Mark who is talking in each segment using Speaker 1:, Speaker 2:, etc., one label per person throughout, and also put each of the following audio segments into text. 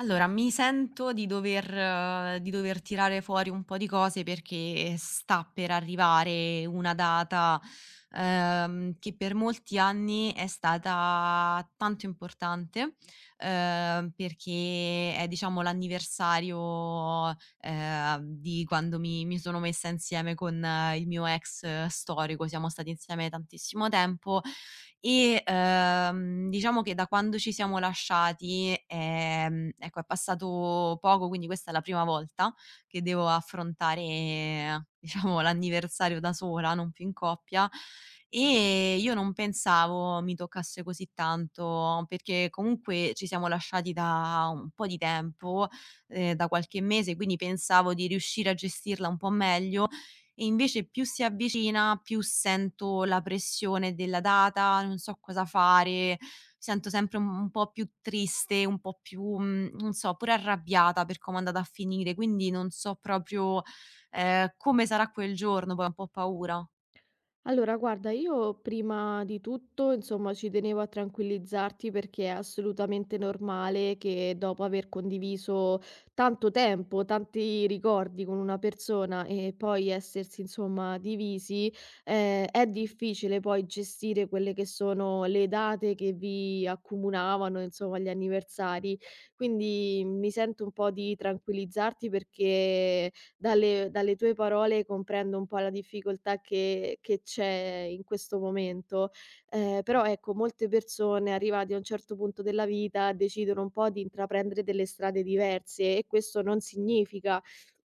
Speaker 1: Allora, mi sento di dover tirare fuori un po' di cose perché sta per arrivare una data, che per molti anni è stata tanto importante, perché è diciamo l'anniversario, di quando mi sono messa insieme con il mio ex storico. Siamo stati insieme tantissimo tempo e diciamo che da quando ci siamo lasciati, ecco, è passato poco, quindi questa è la prima volta che devo affrontare, diciamo, l'anniversario da sola, non più in coppia. E io non pensavo mi toccasse così tanto, perché comunque ci siamo lasciati da un po' di tempo, da qualche mese, quindi pensavo di riuscire a gestirla un po' meglio. E invece più si avvicina, più sento la pressione della data, non so cosa fare, mi sento sempre un po' più triste, un po' più, non so, pure arrabbiata per come è andata a finire, quindi non so proprio, come sarà quel giorno, poi ho un po' paura.
Speaker 2: Allora, guarda, io prima di tutto, insomma, ci tenevo a tranquillizzarti perché è assolutamente normale che dopo aver condiviso tanto tempo, tanti ricordi con una persona e poi essersi, insomma, divisi, è difficile poi gestire quelle che sono le date che vi accomunavano, insomma, gli anniversari. Quindi mi sento un po' di tranquillizzarti perché dalle tue parole comprendo un po' la difficoltà che c'è in questo momento, però ecco molte persone arrivati a un certo punto della vita decidono un po' di intraprendere delle strade diverse e questo non significa,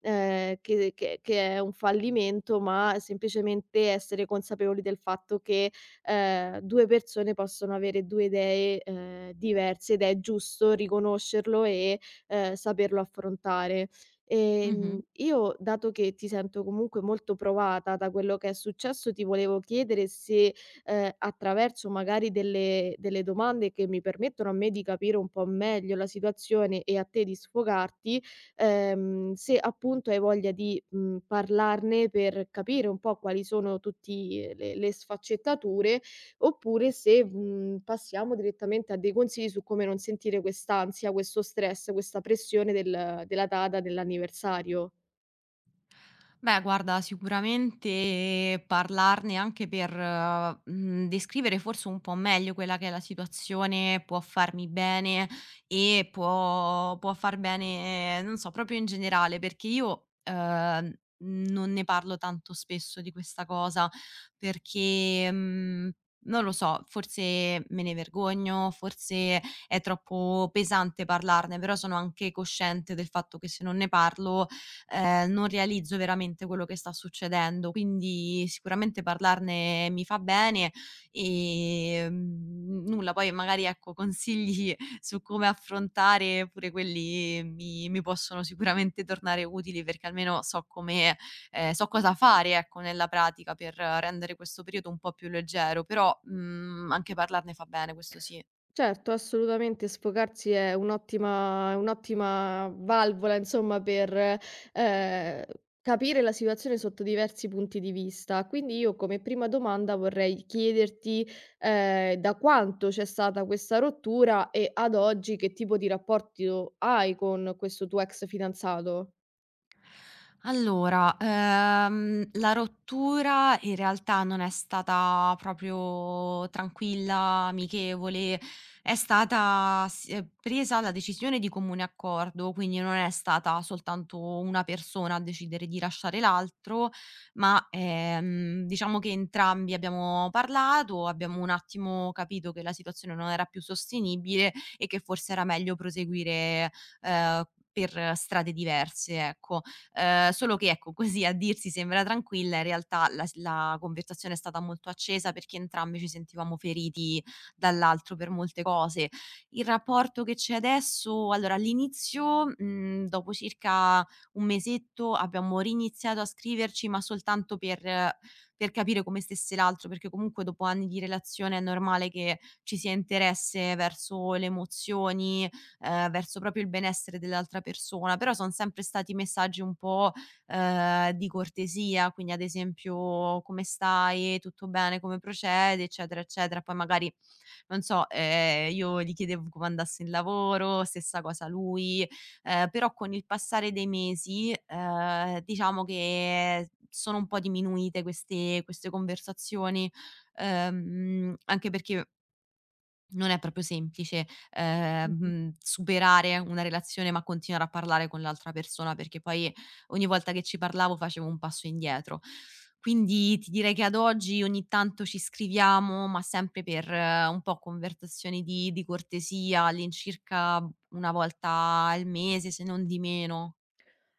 Speaker 2: che è un fallimento, ma semplicemente essere consapevoli del fatto che, 2 persone possono avere 2 idee, diverse ed è giusto riconoscerlo e, saperlo affrontare.
Speaker 1: Mh-mh.
Speaker 2: Io, dato che ti sento comunque molto provata da quello che è successo, ti volevo chiedere se, attraverso magari delle domande che mi permettono a me di capire un po' meglio la situazione e a te di sfogarti, se appunto hai voglia di, parlarne per capire un po' quali sono tutti le sfaccettature. Oppure se, passiamo direttamente a dei consigli su come non sentire quest'ansia, questo stress, questa pressione della data dell'anniversario.
Speaker 1: Beh, guarda, sicuramente parlarne anche per, descrivere forse un po' meglio quella che è la situazione può farmi bene e può far bene, non so, proprio in generale, perché io, non ne parlo tanto spesso di questa cosa perché, non lo so, forse me ne vergogno, forse è troppo pesante parlarne, però sono anche cosciente del fatto che se non ne parlo, non realizzo veramente quello che sta succedendo. Quindi sicuramente parlarne mi fa bene, nulla, poi magari, ecco, consigli su come affrontare pure quelli mi possono sicuramente tornare utili, perché almeno so come so cosa fare, ecco, nella pratica per rendere questo periodo un po' più leggero, però, anche parlarne fa bene, questo sì.
Speaker 2: Certo, assolutamente sfogarsi è un'ottima valvola insomma per, ehm, capire la situazione sotto diversi punti di vista. Quindi io come prima domanda vorrei chiederti, da quanto c'è stata questa rottura e ad oggi che tipo di rapporto hai con questo tuo ex fidanzato?
Speaker 1: Allora, la rottura in realtà non è stata proprio tranquilla, amichevole, è stata s presa la decisione di comune accordo, quindi non è stata soltanto una persona a decidere di lasciare l'altro, ma, diciamo che entrambi abbiamo parlato, abbiamo un attimo capito che la situazione non era più sostenibile e che forse era meglio proseguire, ehm, per strade diverse, ecco. Solo che ecco, così a dirsi sembra tranquilla, in realtà la conversazione è stata molto accesa perché entrambi ci sentivamo feriti dall'altro per molte cose. Il rapporto che c'è adesso allora all'inizio, dopo circa un mesetto abbiamo riniziato a scriverci, ma soltanto per capire come stesse l'altro, perché comunque dopo anni di relazione è normale che ci sia interesse verso le emozioni, verso proprio il benessere dell'altra persona, però son sempre stati messaggi un po', di cortesia, quindi ad esempio: "Come stai? Tutto bene? Come procede?" Eccetera, eccetera. Poi magari, non so, io gli chiedevo come andasse il lavoro, stessa cosa lui, però con il passare dei mesi, diciamo che sono un po' diminuite queste conversazioni, anche perché non è proprio semplice, superare una relazione, ma continuare a parlare con l'altra persona, perché poi ogni volta che ci parlavo facevo un passo indietro. Quindi ti direi che ad oggi ogni tanto ci scriviamo, ma sempre per un po' conversazioni di cortesia, all'incirca una volta al mese, se non di meno.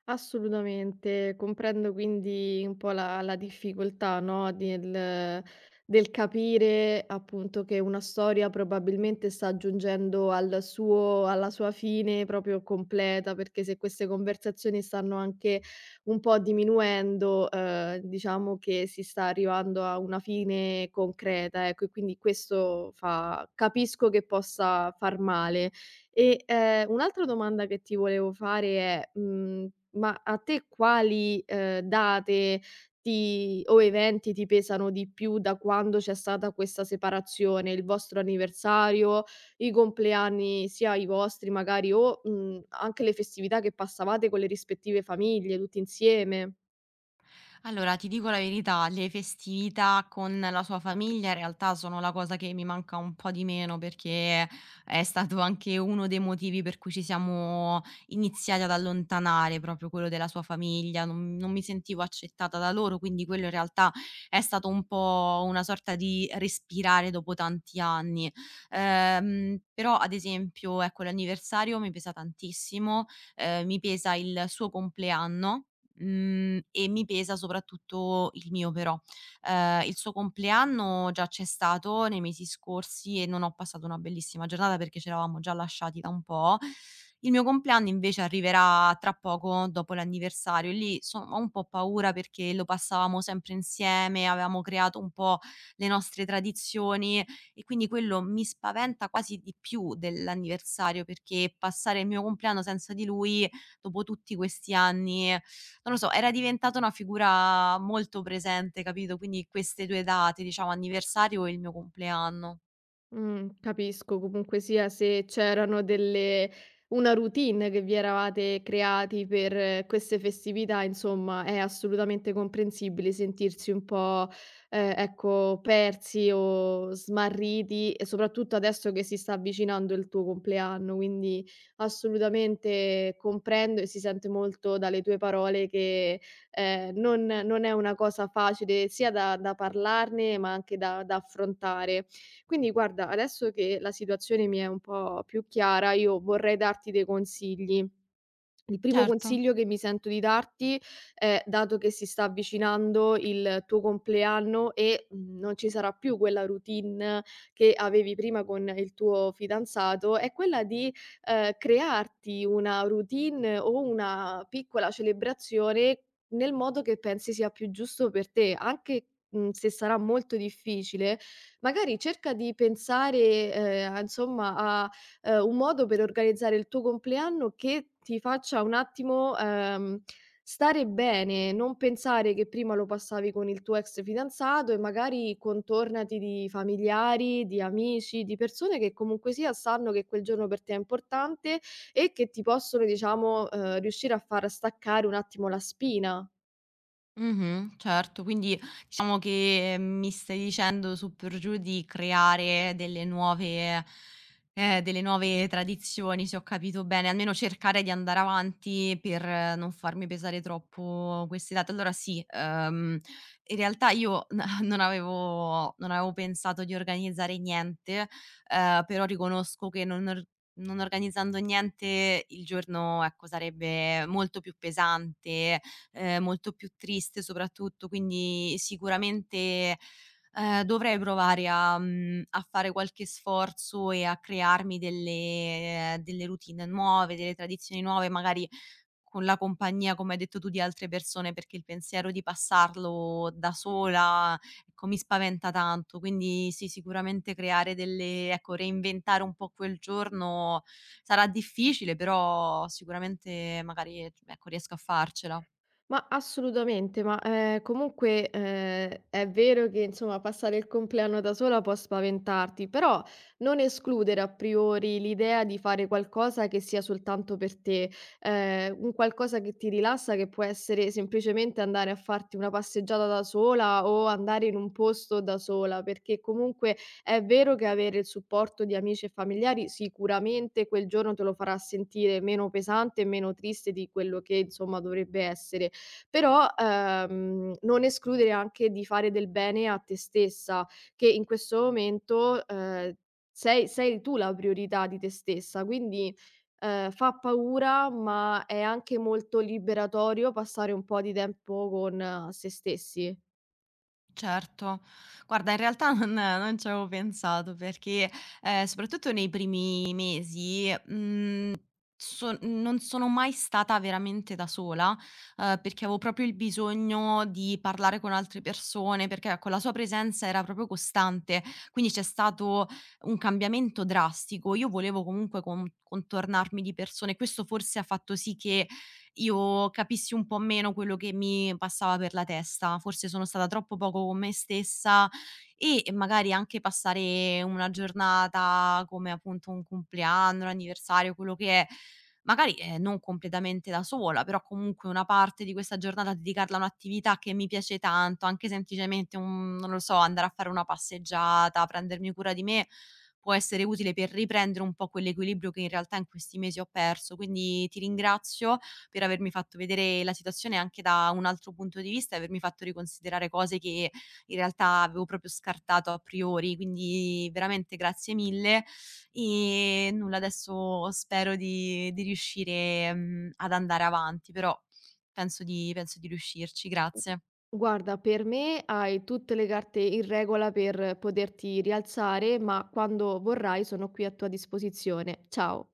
Speaker 2: Assolutamente. Comprendo quindi un po' la difficoltà, no, del capire appunto che una storia probabilmente sta giungendo al suo alla sua fine proprio completa, perché se queste conversazioni stanno anche un po' diminuendo, diciamo che si sta arrivando a una fine concreta, ecco, e quindi questo fa, capisco che possa far male. E, un'altra domanda che ti volevo fare è: ma a te quali, date ti o eventi ti pesano di più da quando c'è stata questa separazione? Il vostro anniversario, i compleanni sia i vostri magari o, anche le festività che passavate con le rispettive famiglie tutti insieme?
Speaker 1: Allora, ti dico la verità, le festività con la sua famiglia in realtà sono la cosa che mi manca un po' di meno perché è stato anche uno dei motivi per cui ci siamo iniziati ad allontanare, proprio quello della sua famiglia. Non mi sentivo accettata da loro, quindi quello in realtà è stato un po' una sorta di respirare dopo tanti anni. Però, ad esempio, ecco, l'anniversario mi pesa tantissimo, mi pesa il suo compleanno. Mhmm, e mi pesa soprattutto il mio però. Il suo compleanno già c'è stato nei mesi scorsi e non ho passato una bellissima giornata perché c'eravamo già lasciati da un po'. Il mio compleanno invece arriverà tra poco dopo l'anniversario e lì so ho un po' paura perché lo passavamo sempre insieme, avevamo creato un po' le nostre tradizioni e quindi quello mi spaventa quasi di più dell'anniversario, perché passare il mio compleanno senza di lui dopo tutti questi anni non lo so, era diventata una figura molto presente, capito, quindi queste 2 date, diciamo anniversario e il mio compleanno.
Speaker 2: Capisco. Comunque sia, se c'erano delle una routine che vi eravate creati per queste festività, insomma, è assolutamente comprensibile sentirsi un po', ecco, persi o smarriti, e soprattutto adesso che si sta avvicinando il tuo compleanno. Quindi assolutamente comprendo e si sente molto dalle tue parole che, non è una cosa facile sia da parlarne, ma anche da affrontare. Quindi guarda, adesso che la situazione mi è un po' più chiara, io vorrei darti dei consigli. Il primo
Speaker 1: Certo.
Speaker 2: consiglio che mi sento di darti è, dato che si sta avvicinando il tuo compleanno e, non ci sarà più quella routine che avevi prima con il tuo fidanzato, è quella di, crearti una routine o una piccola celebrazione nel modo che pensi sia più giusto per te. Anche, se sarà molto difficile, magari cerca di pensare, a insomma a un modo per organizzare il tuo compleanno che ti faccia un attimo, stare bene, non pensare che prima lo passavi con il tuo ex fidanzato, e magari contornati di familiari, di amici, di persone che comunque sia sanno che quel giorno per te è importante e che ti possono, diciamo, riuscire a far staccare un attimo la spina.
Speaker 1: Mh-mh, certo. Quindi diciamo che mi stai dicendo su per giù di creare delle nuove tradizioni, se ho capito bene, almeno cercare di andare avanti per non farmi pesare troppo queste date. Allora sì, in realtà io n non avevo pensato di organizzare niente, però riconosco che non organizzando niente il giorno, ecco, sarebbe molto più pesante, molto più triste soprattutto, quindi sicuramente, dovrei provare a a fare qualche sforzo e a crearmi delle delle routine nuove, delle tradizioni nuove, magari con la compagnia, come hai detto tu, di altre persone, perché il pensiero di passarlo da sola, ecco, mi spaventa tanto. Quindi sì, sicuramente creare delle ecco, reinventare un po' quel giorno sarà difficile, però sicuramente magari, ecco, riesco a farcela.
Speaker 2: Ma assolutamente, ma, comunque, è vero che insomma passare il compleanno da sola può spaventarti, però non escludere a priori l'idea di fare qualcosa che sia soltanto per te, un qualcosa che ti rilassa, che può essere semplicemente andare a farti una passeggiata da sola o andare in un posto da sola, perché comunque è vero che avere il supporto di amici e familiari sicuramente quel giorno te lo farà sentire meno pesante e meno triste di quello che insomma dovrebbe essere. Però, non escludere anche di fare del bene a te stessa, che in questo momento, sei tu la priorità di te stessa, quindi, fa paura, ma è anche molto liberatorio passare un po' di tempo con se stessi.
Speaker 1: Certo. Guarda, in realtà non ci avevo pensato perché, soprattutto nei primi mesi, mhmm. So non sono mai stata veramente da sola, perché avevo proprio il bisogno di parlare con altre persone, perché ecco la sua presenza era proprio costante, quindi c'è stato un cambiamento drastico. Io volevo comunque contornarmi di persone, questo forse ha fatto sì che io capissi un po' meno quello che mi passava per la testa. Forse sono stata troppo poco con me stessa e magari anche passare una giornata come appunto un compleanno, un anniversario, quello che è, magari, non completamente da sola, però comunque una parte di questa giornata dedicarla a un'attività che mi piace tanto, anche semplicemente un non lo so, andare a fare una passeggiata, prendermi cura di me, può essere utile per riprendere un po' quell'equilibrio che in realtà in questi mesi ho perso. Quindi ti ringrazio per avermi fatto vedere la situazione anche da un altro punto di vista e avermi fatto riconsiderare cose che in realtà avevo proprio scartato a priori, quindi veramente grazie mille. E nulla, adesso spero di riuscire, ad andare avanti, però penso di riuscirci. Grazie.
Speaker 2: Guarda, per me hai tutte le carte in regola per poterti rialzare, ma quando vorrai sono qui a tua disposizione. Ciao.